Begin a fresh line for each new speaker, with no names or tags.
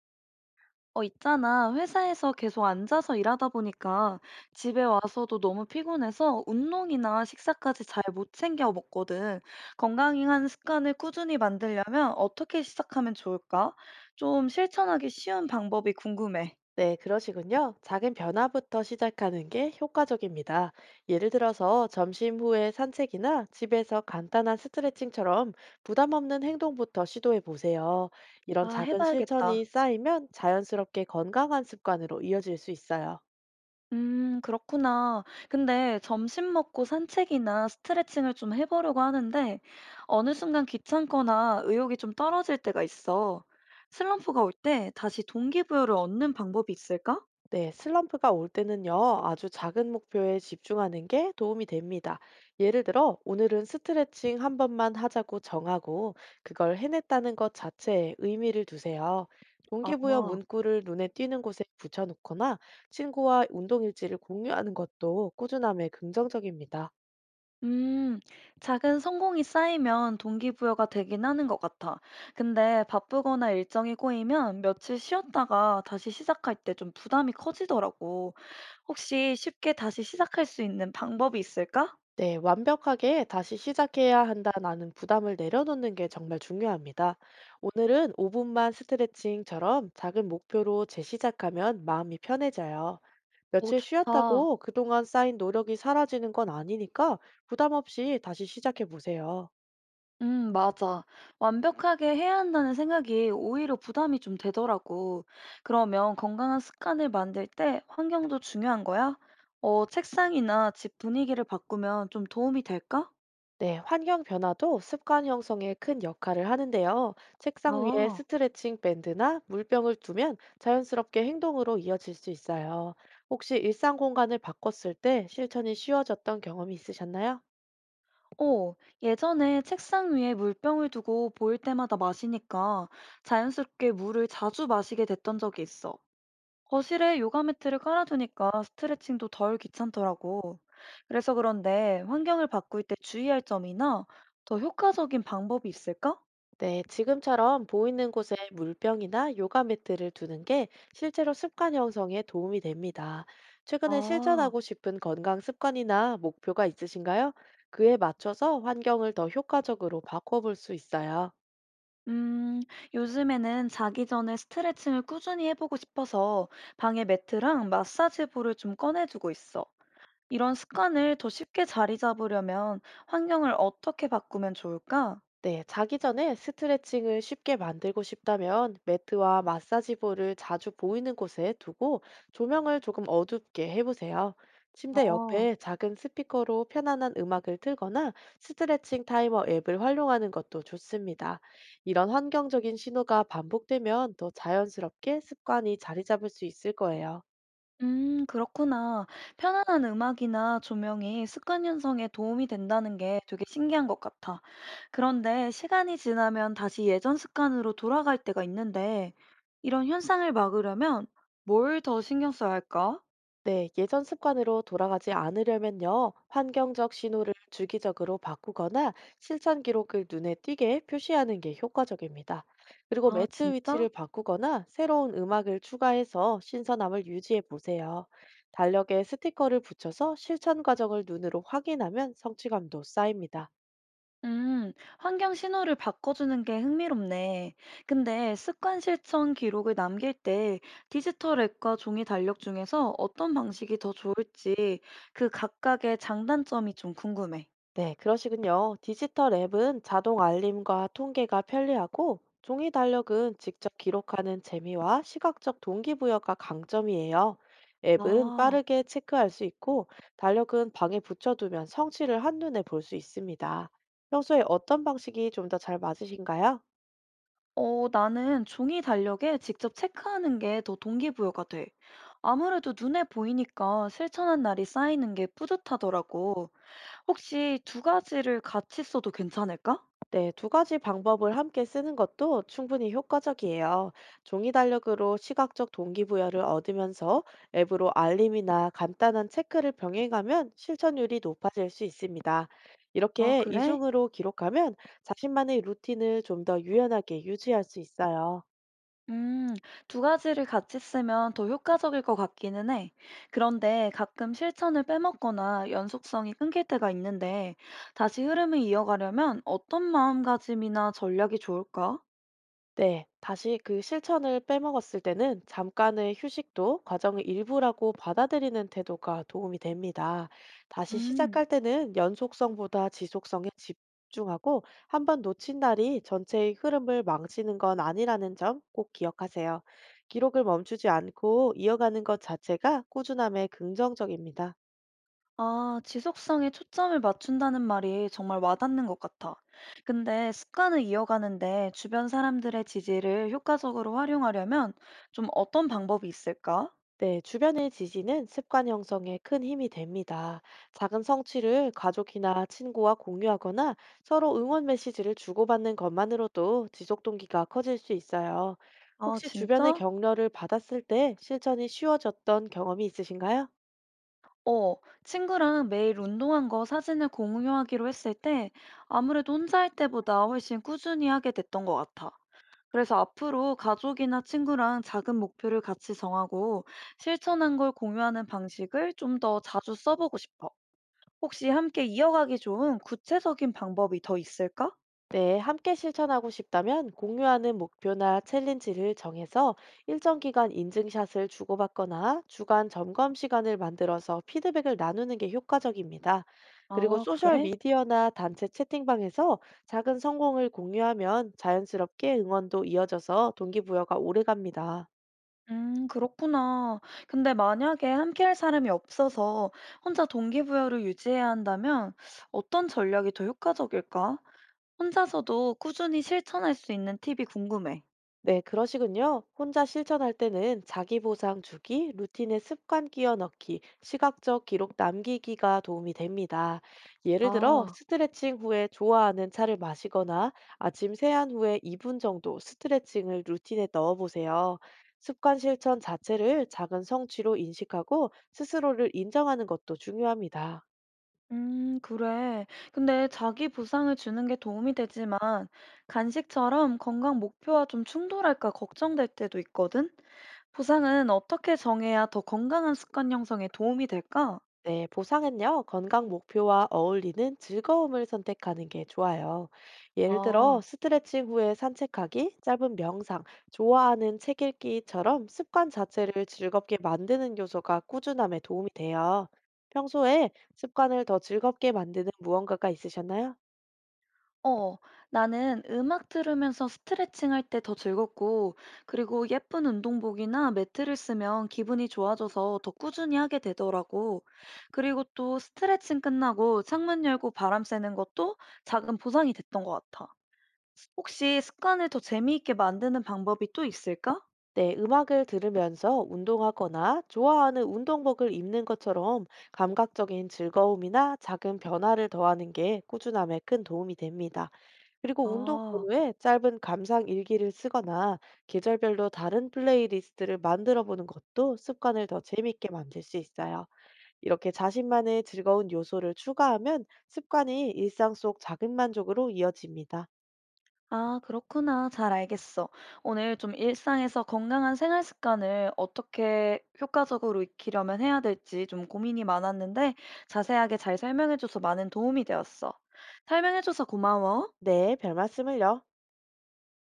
있잖아. 회사에서 계속 앉아서 일하다 보니까 집에 와서도 너무 피곤해서 운동이나 식사까지 잘 못 챙겨 먹거든. 건강한 습관을 꾸준히 만들려면 어떻게 시작하면 좋을까? 좀 실천하기 쉬운 방법이 궁금해.
네, 그러시군요. 작은 변화부터 시작하는 게 효과적입니다. 예를 들어서 점심 후에 산책이나 집에서 간단한 스트레칭처럼 부담 없는 행동부터 시도해 보세요. 이런
아,
작은 실천이
해봐야겠다.
쌓이면 자연스럽게 건강한 습관으로 이어질 수 있어요.
그렇구나. 근데 점심 먹고 산책이나 스트레칭을 좀 해보려고 하는데 어느 순간 귀찮거나 의욕이 좀 떨어질 때가 있어. 슬럼프가 올 때 다시 동기부여를 얻는 방법이 있을까?
네, 슬럼프가 올 때는요, 아주 작은 목표에 집중하는 게 도움이 됩니다. 예를 들어, 오늘은 스트레칭 한 번만 하자고 정하고, 그걸 해냈다는 것 자체에 의미를 두세요. 동기부여
아,
문구를 눈에 띄는 곳에 붙여놓거나, 친구와 운동일지를 공유하는 것도 꾸준함에 긍정적입니다.
음, 작은 성공이 쌓이면 동기부여가 되긴 하는 것 같아. 근데 바쁘거나 일정이 꼬이면 며칠 쉬었다가 다시 시작할 때 좀 부담이 커지더라고. 혹시 쉽게 다시 시작할 수 있는 방법이 있을까?
네, 완벽하게 다시 시작해야 한다는 부담을 내려놓는 게 정말 중요합니다. 오늘은 5분만 스트레칭처럼 작은 목표로 재시작하면 마음이 편해져요.
오,
며칠
좋다.
쉬었다고 그동안 쌓인 노력이 사라지는 건 아니니까 부담 없이 다시 시작해 보세요.
맞아. 완벽하게 해야 한다는 생각이 오히려 부담이 좀 되더라고. 그러면 건강한 습관을 만들 때 환경도 중요한 거야? 책상이나 집 분위기를 바꾸면 좀 도움이 될까?
네, 환경 변화도 습관 형성에 큰 역할을 하는데요. 책상 위에
아,
스트레칭 밴드나 물병을 두면 자연스럽게 행동으로 이어질 수 있어요. 혹시 일상 공간을 바꿨을 때 실천이 쉬워졌던 경험이 있으셨나요?
어, 예전에 책상 위에 물병을 두고 보일 때마다 마시니까 자연스럽게 물을 자주 마시게 됐던 적이 있어. 거실에 요가 매트를 깔아두니까 스트레칭도 덜 귀찮더라고. 그래서 그런데 환경을 바꿀 때 주의할 점이나 더 효과적인 방법이 있을까?
네, 지금처럼 보이는 곳에 물병이나 요가 매트를 두는 게 실제로 습관 형성에 도움이 됩니다. 최근에
아,
실천하고 싶은 건강 습관이나 목표가 있으신가요? 그에 맞춰서 환경을 더 효과적으로 바꿔볼 수 있어요.
음, 요즘에는 자기 전에 스트레칭을 꾸준히 해보고 싶어서 방에 매트랑 마사지 볼을 좀 꺼내두고 있어. 이런 습관을 더 쉽게 자리 잡으려면 환경을 어떻게 바꾸면 좋을까?
네, 자기 전에 스트레칭을 쉽게 만들고 싶다면 매트와 마사지 볼을 자주 보이는 곳에 두고 조명을 조금 어둡게 해보세요. 침대
아.
옆에 작은 스피커로 편안한 음악을 틀거나 스트레칭 타이머 앱을 활용하는 것도 좋습니다. 이런 환경적인 신호가 반복되면 더 자연스럽게 습관이 자리 잡을 수 있을 거예요.
그렇구나. 편안한 음악이나 조명이 습관 형성에 도움이 된다는 게 되게 신기한 것 같아. 그런데 시간이 지나면 다시 예전 습관으로 돌아갈 때가 있는데, 이런 현상을 막으려면 뭘 더 신경 써야 할까?
네, 예전 습관으로 돌아가지 않으려면요, 환경적 신호를 주기적으로 바꾸거나 실천 기록을 눈에 띄게 표시하는 게 효과적입니다. 그리고
아,
매트
진짜?
위치를 바꾸거나 새로운 음악을 추가해서 신선함을 유지해 보세요. 달력에 스티커를 붙여서 실천 과정을 눈으로 확인하면 성취감도 쌓입니다.
음, 환경 신호를 바꿔주는 게 흥미롭네. 근데 습관 실천 기록을 남길 때 디지털 앱과 종이 달력 중에서 어떤 방식이 더 좋을지 그 각각의 장단점이 좀 궁금해.
네, 그러시군요. 디지털 앱은 자동 알림과 통계가 편리하고 종이 달력은 직접 기록하는 재미와 시각적 동기부여가 강점이에요. 앱은
아,
빠르게 체크할 수 있고 달력은 방에 붙여두면 성취를 한눈에 볼 수 있습니다. 평소에 어떤 방식이 좀 더 잘 맞으신가요?
나는 종이 달력에 직접 체크하는 게 더 동기부여가 돼. 아무래도 눈에 보이니까 실천한 날이 쌓이는 게 뿌듯하더라고. 혹시 두 가지를 같이 써도 괜찮을까?
네, 두 가지 방법을 함께 쓰는 것도 충분히 효과적이에요. 종이 달력으로 시각적 동기부여를 얻으면서 앱으로 알림이나 간단한 체크를 병행하면 실천율이 높아질 수 있습니다.
아,
이렇게
그래?
이중으로 기록하면 자신만의 루틴을 좀 더 유연하게 유지할 수 있어요.
음, 두 가지를 같이 쓰면 더 효과적일 것 같기는 해. 그런데 가끔 실천을 빼먹거나 연속성이 끊길 때가 있는데 다시 흐름을 이어가려면 어떤 마음가짐이나 전략이 좋을까?
네, 다시 그 실천을 빼먹었을 때는 잠깐의 휴식도 과정의 일부라고 받아들이는 태도가 도움이 됩니다. 다시
음.
시작할 때는 연속성보다 지속성에 집중하고 한 번 놓친 날이 전체의 흐름을 망치는 건 아니라는 점 꼭 기억하세요. 기록을 멈추지 않고 이어가는 것 자체가 꾸준함의 긍정적입니다.
아, 지속성에 초점을 맞춘다는 말이 정말 와닿는 것 같아. 근데 습관을 이어가는데 주변 사람들의 지지를 효과적으로 활용하려면 좀 어떤 방법이 있을까?
네, 주변의 지지는 습관 형성에 큰 힘이 됩니다. 작은 성취를 가족이나 친구와 공유하거나 서로 응원 메시지를 주고받는 것만으로도 지속 동기가 커질 수 있어요.
아,
혹시 주변의
진짜?
격려를 받았을 때 실천이 쉬워졌던 경험이 있으신가요?
어, 친구랑 매일 운동한 거 사진을 공유하기로 했을 때 아무래도 혼자 할 때보다 훨씬 꾸준히 하게 됐던 것 같아. 그래서 앞으로 가족이나 친구랑 작은 목표를 같이 정하고 실천한 걸 공유하는 방식을 좀 더 자주 써보고 싶어. 혹시 함께 이어가기 좋은 구체적인 방법이 더 있을까?
네, 함께 실천하고 싶다면 공유하는 목표나 챌린지를 정해서 일정 기간 인증샷을 주고받거나 주간 점검 시간을 만들어서 피드백을 나누는 게 효과적입니다. 그리고
아,
소셜
그래?
미디어나 단체 채팅방에서 작은 성공을 공유하면 자연스럽게 응원도 이어져서 동기부여가 오래 갑니다.
그렇구나. 근데 만약에 함께 할 사람이 없어서 혼자 동기부여를 유지해야 한다면 어떤 전략이 더 효과적일까? 혼자서도 꾸준히 실천할 수 있는 팁이 궁금해.
네, 그러시군요. 혼자 실천할 때는 자기 보상 주기, 루틴에 습관 끼워 넣기, 시각적 기록 남기기가 도움이 됩니다. 예를 들어,
아.
스트레칭 후에 좋아하는 차를 마시거나 아침 세안 후에 2분 정도 스트레칭을 루틴에 넣어 보세요. 습관 실천 자체를 작은 성취로 인식하고 스스로를 인정하는 것도 중요합니다.
그래. 근데 자기 보상을 주는 게 도움이 되지만 간식처럼 건강 목표와 좀 충돌할까 걱정될 때도 있거든. 보상은 어떻게 정해야 더 건강한 습관 형성에 도움이 될까?
네, 보상은요, 건강 목표와 어울리는 즐거움을 선택하는 게 좋아요. 예를 들어,
아,
스트레칭 후에 산책하기, 짧은 명상, 좋아하는 책 읽기처럼 습관 자체를 즐겁게 만드는 요소가 꾸준함에 도움이 돼요. 평소에 습관을 더 즐겁게 만드는 무언가가 있으셨나요?
어, 나는 음악 들으면서 스트레칭 할 때 더 즐겁고, 그리고 예쁜 운동복이나 매트를 쓰면 기분이 좋아져서 더 꾸준히 하게 되더라고. 그리고 또 스트레칭 끝나고 창문 열고 바람 쐬는 것도 작은 보상이 됐던 것 같아. 혹시 습관을 더 재미있게 만드는 방법이 또 있을까?
네, 음악을 들으면서 운동하거나 좋아하는 운동복을 입는 것처럼 감각적인 즐거움이나 작은 변화를 더하는 게 꾸준함에 큰 도움이 됩니다. 그리고 운동
아,
전후에 짧은 감상 일기를 쓰거나 계절별로 다른 플레이리스트를 만들어 보는 것도 습관을 더 재밌게 만들 수 있어요. 이렇게 자신만의 즐거운 요소를 추가하면 습관이 일상 속 작은 만족으로 이어집니다.
아, 그렇구나. 잘 알겠어. 오늘 좀 일상에서 건강한 생활 습관을 어떻게 효과적으로 익히려면 해야 될지 좀 고민이 많았는데 자세하게 잘 설명해줘서 많은 도움이 되었어. 설명해줘서 고마워.
네, 별 말씀을요.